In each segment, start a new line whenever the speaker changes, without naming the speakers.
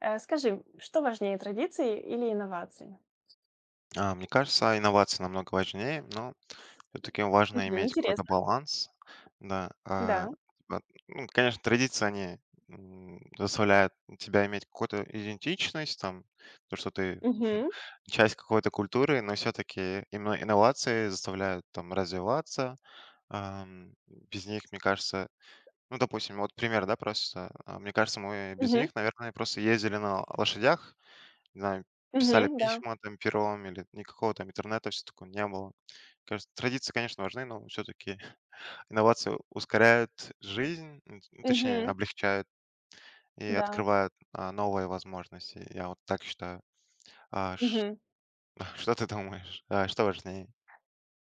Скажи, что важнее, традиции или инновации?
Мне кажется, инновации намного важнее, но все-таки важно
Мгм.
иметь какой-то
Интересно.
баланс. Да,
Да.
а, ну, конечно, традиции, они заставляют тебя иметь какую-то идентичность, там, то, что ты
Мгм.
часть какой-то культуры, но все-таки именно инновации заставляют там развиваться. Без них, мне кажется, ну, допустим, вот пример, да, просто. Мне кажется, мы без
Мгм.
них, наверное, просто ездили на лошадях, не знаю, писали
Мгм. Да.
письма там пером или никакого там интернета, все такое не было. Кажется, традиции, конечно, важны, но все таки инновации ускоряют жизнь, н ну, точнее,
Мгм.
облегчают и
Да.
открывают, новые возможности. Я вот так считаю. А ш
Мгм.
Что ты думаешь? Что важнее?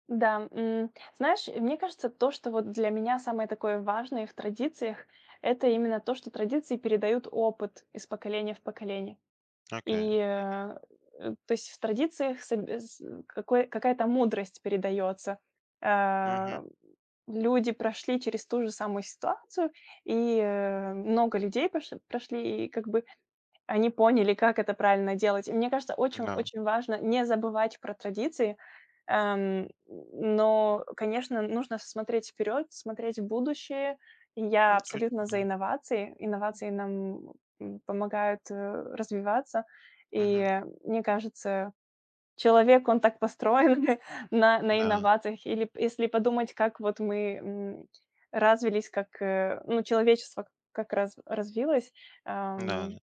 Да, знаешь, мне кажется, то, что вот для меня самое такое важное в традициях, это именно то, что традиции передают опыт из поколения в поколение.
Окей.
И, э, то есть в традициях какой какая-то мудрость передается. Э,
Мгм.
Люди прошли через ту же самую ситуацию, и много людей пош прошли, и как бы они поняли, как это правильно делать. И мне кажется, очень
Да.
очень важно не забывать про традиции, но, конечно, нужно смотреть вперед, смотреть в будущее. И я
Ну, точно,
абсолютно за
да.
инновации. Инновации нам помогают развиваться.
Мгм.
Мне кажется, человек, он так построен на
Да.
инновациях. Или п если подумать, как вот мы развились, как, ну, человечество как раз развилось,
Да,
эм,
да.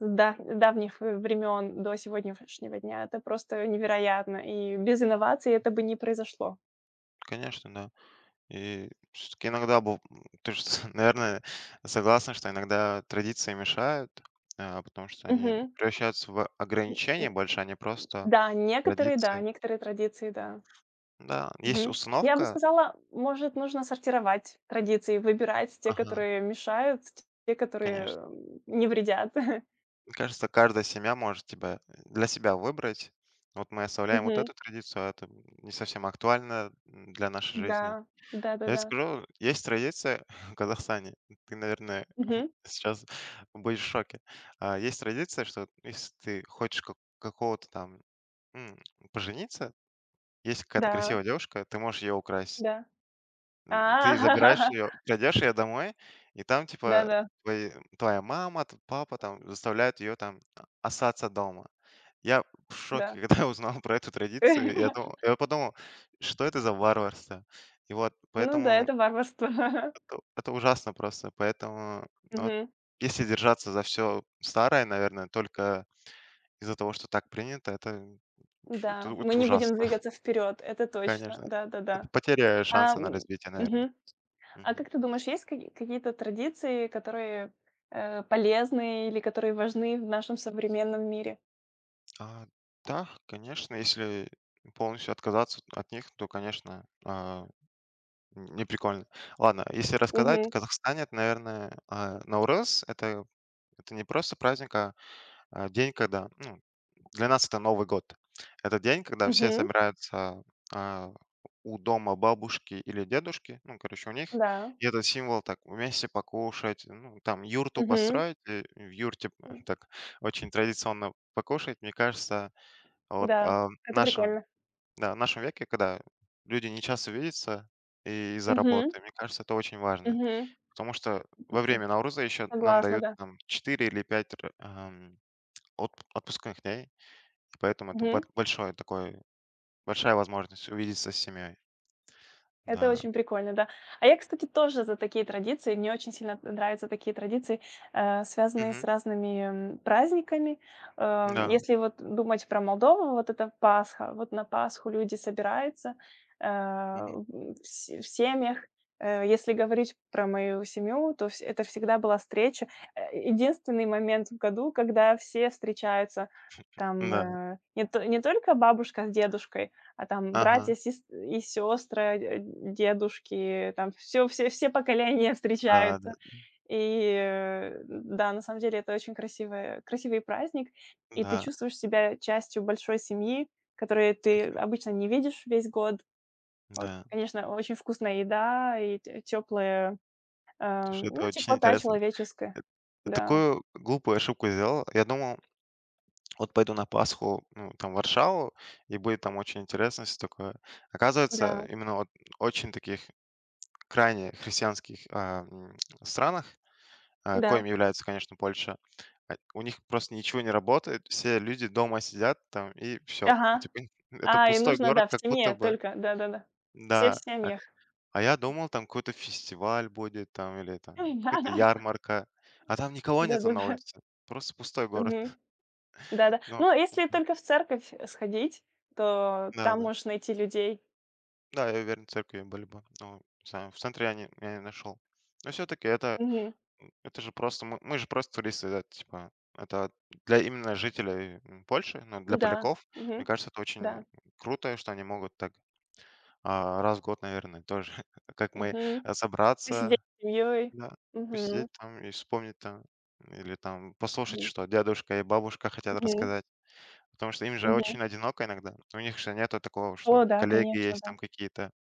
с давних времен до сегодняшнего дня. Это просто невероятно. И без инноваций это бы не произошло.
Конечно, да. И все таки иногда быв ты же, наверное, согласна, что иногда традиции мешают, потому что они
Мгм.
превращаются в
М,
ограничения больше, а не просто
да, некоторые, да,
традиции.
некоторые традиции, да.
Да, есть
Мгм. Я бы
установка.
сказала, может, нужно сортировать традиции, выбирать те,
Ага,
которые мешают, те, которые,
конечно.
не вредят.
Мне кажется, каждая семья может тебя для себя выбрать. Вот мы оставляем вот
Мгм.
эту традицию, а это не совсем актуально, для нашей жизни.
Да.
Я тебе
Да-да-да.
скажу, есть традиция в Казахстане. Ты, наверное,
Мгм.
сейчас будешь в шоке. Есть традиция, что если ты хочешь какого-то там м, пожениться, есть какая-то
Да,
красивая девушка, ты можешь ее украсть.
да. А.
Ты забираешь ее, крадешь ее домой, и там, типа,
Да-да,
твои- твоя мама, папа там заставляют ее там остаться дома. Я в
да. Да.
шоке, когда узнал про эту традицию. Я подумал, что это за варварство? И вот
Ну да,
поэтому
это варварство.
это ужасно просто. Поэтому, ну, вот,
Мгм.
если держаться за все старое, наверное, только из-за того, что так принято, это
Да, мы
вот
не будем
ужасно,
двигаться вперед, это точно.
конечно. Это
Да-да-да.
потеря
А,
шанса на
м,
развитие, наверное.
мгм. А
Мгм.
как ты думаешь, есть какие-то традиции, которые, полезны или которые важны в нашем современном мире?
А, да, конечно, если полностью отказаться от них, то, конечно, не прикольно. Ладно, если рассказать,
Мгм.
в Казахстане это, наверное, Наурыз. Это не просто праздник, а день, когда, ну, для нас это Новый год. Это день, когда все
Мгм.
собираются, а, у дома бабушки или дедушки, ну, короче, у них.
Да.
И это символ так вместе покушать, ну, там юрту
Мгм.
построить, в юрте так очень традиционно покушать. Мне кажется, вот,
Да, это прикольно.
да, в нашем веке, когда люди не часто видятся и из-за
Мгм.
работы, мне кажется, это очень важно.
Мгм.
Потому что во время Науруза еще нам
Согласна,
дают
да.
там 4 или 5 отпускных дней. Поэтому это
Мгм.
бат большой такой большая возможность увидеться с семьей.
Это
Да.
очень прикольно, да. А я, кстати, тоже за такие традиции. Мне очень сильно нравятся такие традиции, связанные с
Мгм.
разными праздниками.
Да.
Если вот думать про Молдову, вот это Пасха. Вот на Пасху люди собираются э,
Мгм.
в в семьях. Если говорить про мою семью, то это всегда была встреча. Единственный момент в году, когда все встречаются там
Да.
не только бабушка с дедушкой, а там
Ага.
братья, сестры, дедушки, там все поколения
Да, да,
встречаются. Да, на самом деле это очень красивый праздник, и ты
да.
чувствуешь себя частью большой семьи, которую ты
М,
обычно не видишь весь год. Вот,
да.
конечно, очень вкусная еда и теплая
Слушай, это
ну,
очень
теплота
интересно.
человеческая.
Я
Да,
такую глупую ошибку сделал. Я думал, вот пойду на Пасху, ну, там, в Варшаву, и будет там очень интересно все такое.
да,
Оказывается, именно вот очень таких крайне христианских, странах, коим
да.
является, конечно, Польша. У них просто ничего не работает, все люди дома сидят там и все.
Ага.
Типа, это
А, и
пустой
нужно,
город,
да, в
как будто
семье
бы.
только, да-да-да. Все в
Да, а к
семьях.
а я думал, там какой-то фестиваль будет там или там какая-то ярмарка, а там никого нету на
Да-да-да.
улице, просто пустой город.
Мгм. Да-да.
Ну,
Ну, если
мгм,
только в церковь сходить, то
да-да.
там
Да,
можешь найти людей.
да, я уверен, церкви были бы, но не знаю, в центре я не нашел. Но все таки это
Мгм.
это же просто мы же просто туристы, да, типа. Это для именно жителей, Польши, но для
Да.
поляков, мне
Мгм.
кажется, это очень
Да.
круто, что они могут так, раз в год, наверное, тоже, как мы,
Мгм. Посидеть
собраться,
с семьей.
да, посидеть
Мгм.
там и вспомнить там, или там послушать,
Мгм.
что дедушка и бабушка хотят
Мгм.
рассказать. Потому что им же
Мгм.
очень одиноко иногда. У них же нету такого, что
О да,
коллеги
конечно,
есть там
да.
какие-то,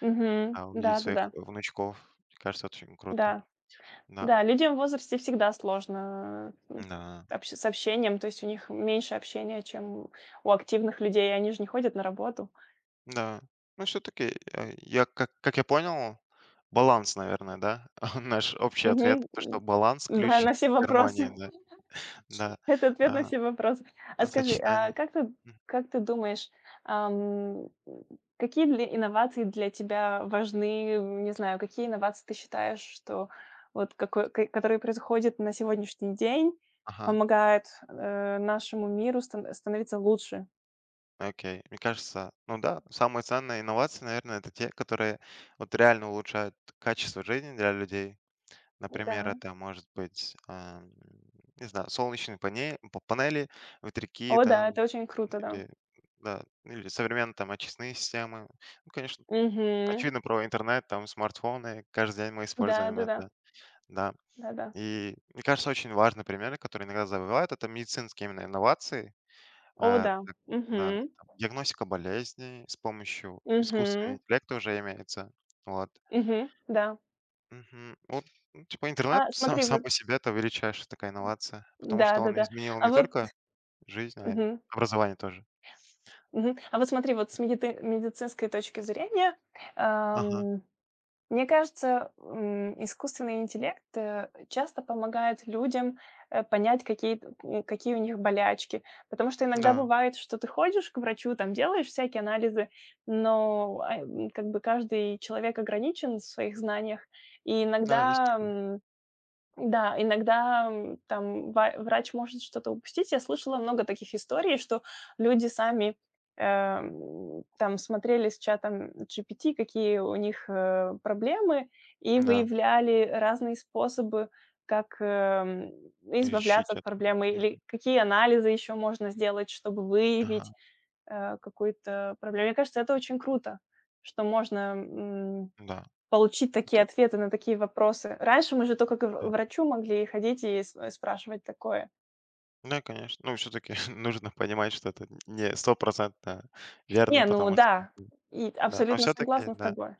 Мгм.
а увидеть своих
Да-да-да.
внучков. Мне кажется, это очень круто.
Да.
Да,
Да, людям в возрасте всегда сложно,
да.
общением, то есть у них меньше общения, чем у активных людей, они же не ходят на работу.
Да. Ну, все таки я как я понял, баланс, наверное, да? Наш общий ответ,
Мгм.
то,
М.
что баланс-
Да,
ключ
на все
к
вопросы.
гармонии, да. Да,
Это ответ на
а,
все вопросы. А скажи,
сочетание. Мгм.
как ты думаешь, ам, какие для инновации для тебя важны? Не знаю, какие инновации ты считаешь, что вот какой, ко которые происходят на сегодняшний день,
Ага,
помогают, нашему миру становиться лучше?
окей. Мне кажется, ну да, самые ценные инновации, наверное, это те, которые вот реально улучшают качество жизни для людей. Например,
Да.
это может быть, не знаю, солнечные панели, ветряки
О да,
там
это очень круто, да.
или, да, или современные там очистные системы. Ну, конечно,
Мгм.
очевидно, про интернет, там смартфоны, каждый день мы используем
Да-да-да.
это, да.
Да-да.
И мне кажется, очень важный пример, который иногда забывают, это медицинские именно инновации,
О
а,
да.
так, да,
Мгм.
там диагностика болезней с помощью искусственного
Мгм.
интеллекта уже имеется. Вот.
Мгм. Да.
Мгм. Вот, ну, типа, интернет
А
сам
смотри,
сам
вот
по себе- это величайшая такая инновация, потому что он
да-да-да.
изменил
А
не
вот
только жизнь, а и
мгм.
образование тоже.
Мгм. А вот смотри, вот с медицинской точки зрения,
Ага.
ам, мне кажется, искусственный интеллект часто помогает людям понять, какие у них болячки. Потому что иногда
Да,
бывает, что ты ходишь к врачу, там делаешь всякие анализы, но как бы каждый человек ограничен в своих знаниях. И
да, есть такое.
иногда, м, там ва врач может что-то упустить. Я слышала много таких историй, что люди сами, там смотрели с чатом GPT, какие у них, проблемы, и
Да,
выявляли разные способы, как, избавляться
изучить
от
это.
проблемы
Мгм.
или какие анализы еще можно сделать, чтобы
Ага,
выявить, какую-то проблему. Мне кажется, это очень круто, что можно
да,
получить такие
это
ответы на такие вопросы. Раньше мы же только к в
да.
врачу могли ходить и спрашивать такое.
Да, конечно. Ну, все таки нужно понимать, что это не стопроцентно
Не,
верно,
ну
потому что,
да, и
да. Но
абсолютно
все таки
согласна с
да.
тобой.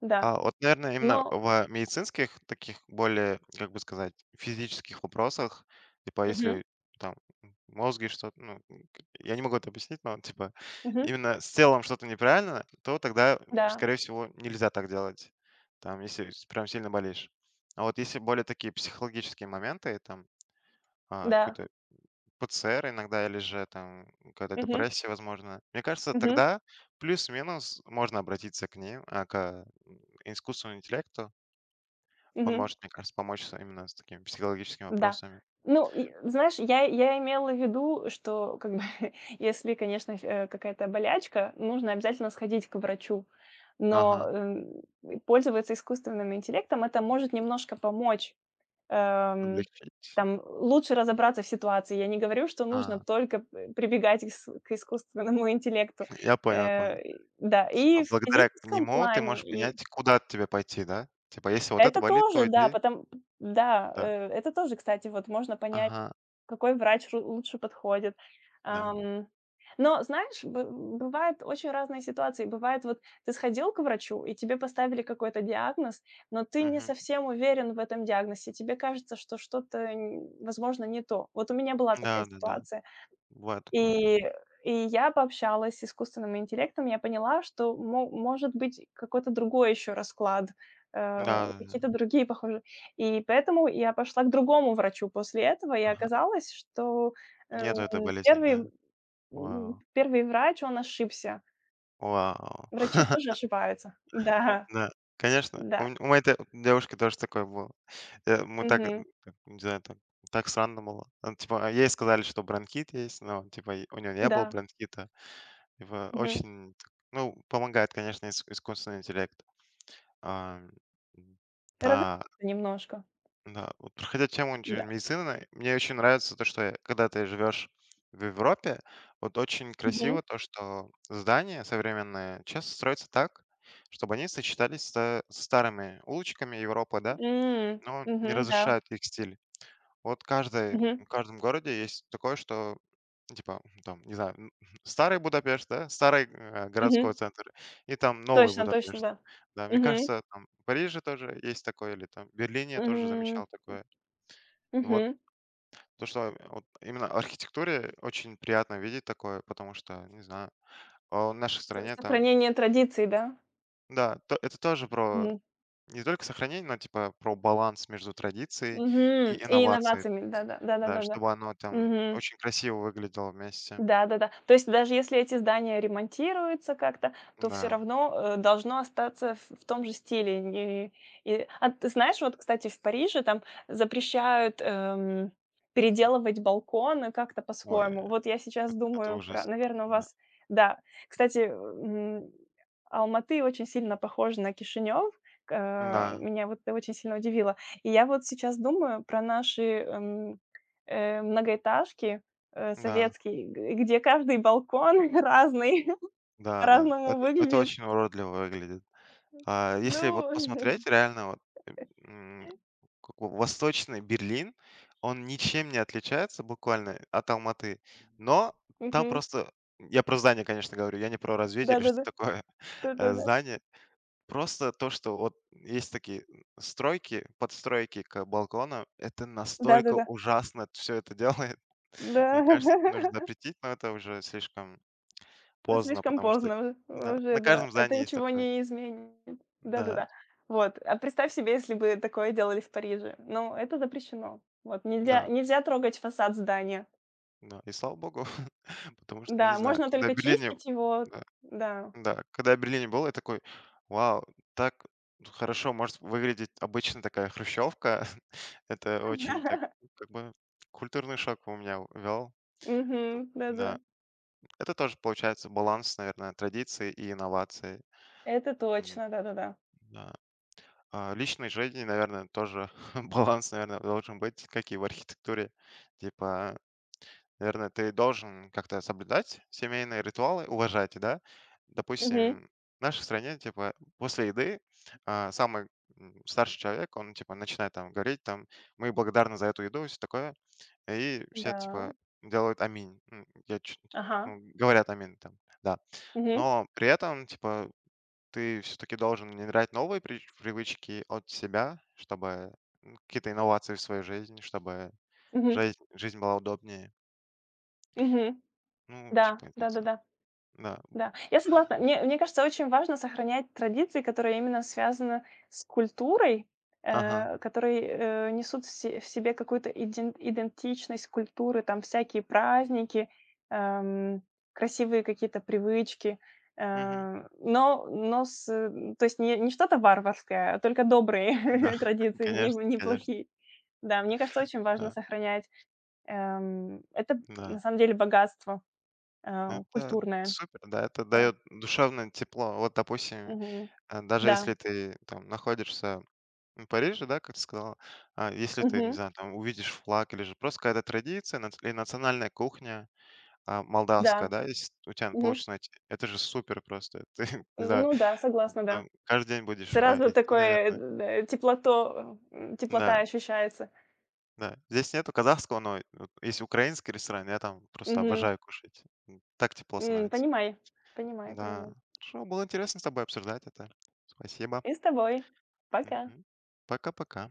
Да,
А вот, наверное, именно
но
в медицинских, таких более, как бы сказать, физических вопросах, типа,
мгм,
если там мозги что-то, ну, я не могу это объяснить, но типа
мгм,
именно с телом что-то неправильно, то тогда,
да,
скорее всего, нельзя так делать, там, если прям сильно болеешь. А вот если более такие психологические моменты, там,
да,
какой-то ПЦР иногда, или же там какая-то
мгм,
депрессия, возможно, мне кажется,
мгм,
тогда плюс-минус можно обратиться к ним, искусственному интеллекту, он
мгм,
может, мне кажется, помочь с именно с такими психологическими
да.
вопросами.
Ну, и знаешь, я имела в виду, что как бы если, конечно, какая-то болячка, нужно обязательно сходить к врачу. Но,
Ага,
эм, Пользоваться искусственным интеллектом- это может немножко помочь. Эм,
облегчить.
там лучше разобраться в ситуации. Я не говорю, что нужно
А,
только п прибегать к искусственному интеллекту.
я понял, я понял.
И да,
Типа,
и в
благодаря
физическом
нему ты
плане,
можешь
и
понять, куда от тебя пойти, да? Типа, если вот это
это
болит,
тоже,
то
да,
иди.
потом да,
Да.
это тоже, кстати, вот можно понять,
Ага,
какой врач ру лучше подходит.
да.
Ам, но, знаешь, бы бывают очень разные ситуации. Бывает, вот ты сходил к врачу, и тебе поставили какой-то диагноз, но ты не
Мгм.
совсем уверен в этом диагнозе. Тебе кажется, что что-то, н возможно, не то. Вот у меня была такая
Да-да-да.
ситуация.
Бывает такое. М.
И и я пообщалась с искусственным интеллектом, я поняла, что мо может быть какой-то другой еще расклад, э,
Да-да-да.
какие-то другие похожие. И поэтому я пошла к другому врачу после этого, и
Ага.
оказалось, что,
Нет этой
эм,
болезни, да?
первый
Вау.
1 врач, он ошибся.
Вау.
Врачи тоже ошибаются. Да,
Да, конечно. У
да,
м у моей т девушки тоже такое было. Мы так,
мгм,
как, не знаю, там, так странно было. Ну, типа, ей сказали, что бронхит есть, но, типа, и у нее не было
да,
бронхита. Типа,
мгм.
очень, ну, помогает, конечно, ис искусственный интеллект. Ам, м,
Разочарована
да.
немножко.
Да, вот проходя тему
Да.
именно медицины, мне очень нравится то, что когда ты живешь в Европе, вот очень
Мгм.
красиво то, что здания современные часто строятся так, чтобы они сочетались со старыми улочками Европы, да,
М,
но не
мгм, да,
разрешают их стиль. Вот
мгм,
в каждом городе есть такое, что типа, там, не знаю, старый Будапешт, да, старый городской
мгм.
центр, и там новый
Точно, точно,
Будапешт.
да.
Да, мне
Мгм.
кажется, там в Париже тоже есть такое, или там в Берлине я тоже
М,
замечал такое. И вот
мгм.
то, что вот именно архитектуре очень приятно видеть такое, потому что, не знаю, в нашей
С
стране там,
сохранение традиций, да?
да, то это тоже про
Мгм.
не только сохранение, но типа про баланс между традицией
Мгм.
и
И
инновацией,
инновациями, да-да,
да,
да-да-да-да.
чтобы оно там очень красиво выглядело вместе.
Да-да-да. То есть даже если эти здания ремонтируются как-то, то все
Да,
равно, должно остаться в том же стиле. Не и а Ты знаешь, вот, кстати, в Париже там запрещают, переделывать балконы как-то
ой,
по-своему. Вот я сейчас
это
думаю про
ужас.
наверно, у
Да,
вас да. Кстати, Алматы очень сильно похожа на Кишинев.
да,
Меня вот это очень сильно удивило. И я вот сейчас думаю про наши, многоэтажки
да,
советский, г где каждый балкон разный,
да, да.
разному
Это
выглядит.
очень уродливо выглядит. А
Ну
если вот посмотреть реально, вот, э, м, как бы восточный Берлин, он ничем не отличается буквально от Алматы, но там
Мгм.
просто я про здание, конечно, говорю, я не про развитие или что
Да-да-да.
такое,
Да-да-да.
здание. Просто то, что вот есть такие стройки, подстройки к балконам, это настолько
Да-да-да.
ужасно все это делает.
Да.
Мне кажется, это нужно запретить, но это уже слишком поздно,
Слишком
потому что
поздно у
да,
уже,
на
да.
каждом
Это
здании есть
ничего
такое.
не изменит.
Да,
Да-да-да. Вот. А представь себе, если бы такое делали в Париже. Ну, это запрещено. Вот. Нельзя
да,
нельзя трогать фасад здания.
да. И слава богу, потому что, не
Да,
знаю,
можно только чистить его.
да,
Да.
да, когда я в Берлине был, я такой: "Вау, так хорошо может выглядеть обычно такая хрущевка". Это очень так, ну, как бы культурный шок у меня ввёл.
Мгм. Да-да.
Да, это тоже получается баланс, наверное, традиции и инноваций.
Это
М,
точно, да-да-да.
да. Личной жизни, наверное, тоже баланс, наверное, должен быть, как и в архитектуре. Типа, наверное, ты должен как-то соблюдать семейные ритуалы, уважать, да.
Мгм.
Допустим, в нашей стране, типа, после еды самый старший человек, он, типа, начинает там говорить, там, мы благодарны за эту еду, и все такое, и все,
Да.
типа, делают аминь.
Ага.
Ну, говорят аминь там, да.
Мгм.
Но при этом, типа, ты все-таки должен внедрять новые привычки от себя, чтобы ну, какие-то инновации в своей жизни, чтобы
Мгм.
жизнь была удобнее.
Мгм.
Ну,
Да,
типа.
да-да-да.
Да.
Да, я согласна. Мне кажется, очень важно сохранять традиции, которые именно связаны с культурой,
Ага.
которые, несут в себе какую-то идентичность культуры, там всякие праздники, эм, красивые какие-то привычки,
Мгм.
то есть не что-то варварское, а только добрые
Да.
традиции, не
Конечно,
не
конечно.
плохие. Да, мне кажется, очень важно
Да,
сохранять, это на
да.
самом деле богатство,
Это
культурное,
супер, да, это
да.
дает душевное тепло. Вот, допустим,
Мгм.
даже
Да.
если ты там находишься в Париже, да, как ты сказала, если ты, не
Мгм.
знаю, там увидишь флаг или же просто какая-то традиция или национальная кухня молдавская,
Да.
да, если у тебя
Мгм.
получится найти, это же супер просто. Ты, не знаю,
Ну да, согласна, да.
там каждый день будешь
Сразу
идти,
такое,
наверное.
теплота
Да.
ощущается.
Да, здесь нету казахского, но вот есть украинский ресторан, я там просто
Мгм.
обожаю кушать. Так тепло
М,
становится.
понимаю, понимаю,
Да.
понимаю.
Хорошо, было интересно с тобой обсуждать это. Спасибо.
И с тобой. Пока.
Мгм. Пока-пока.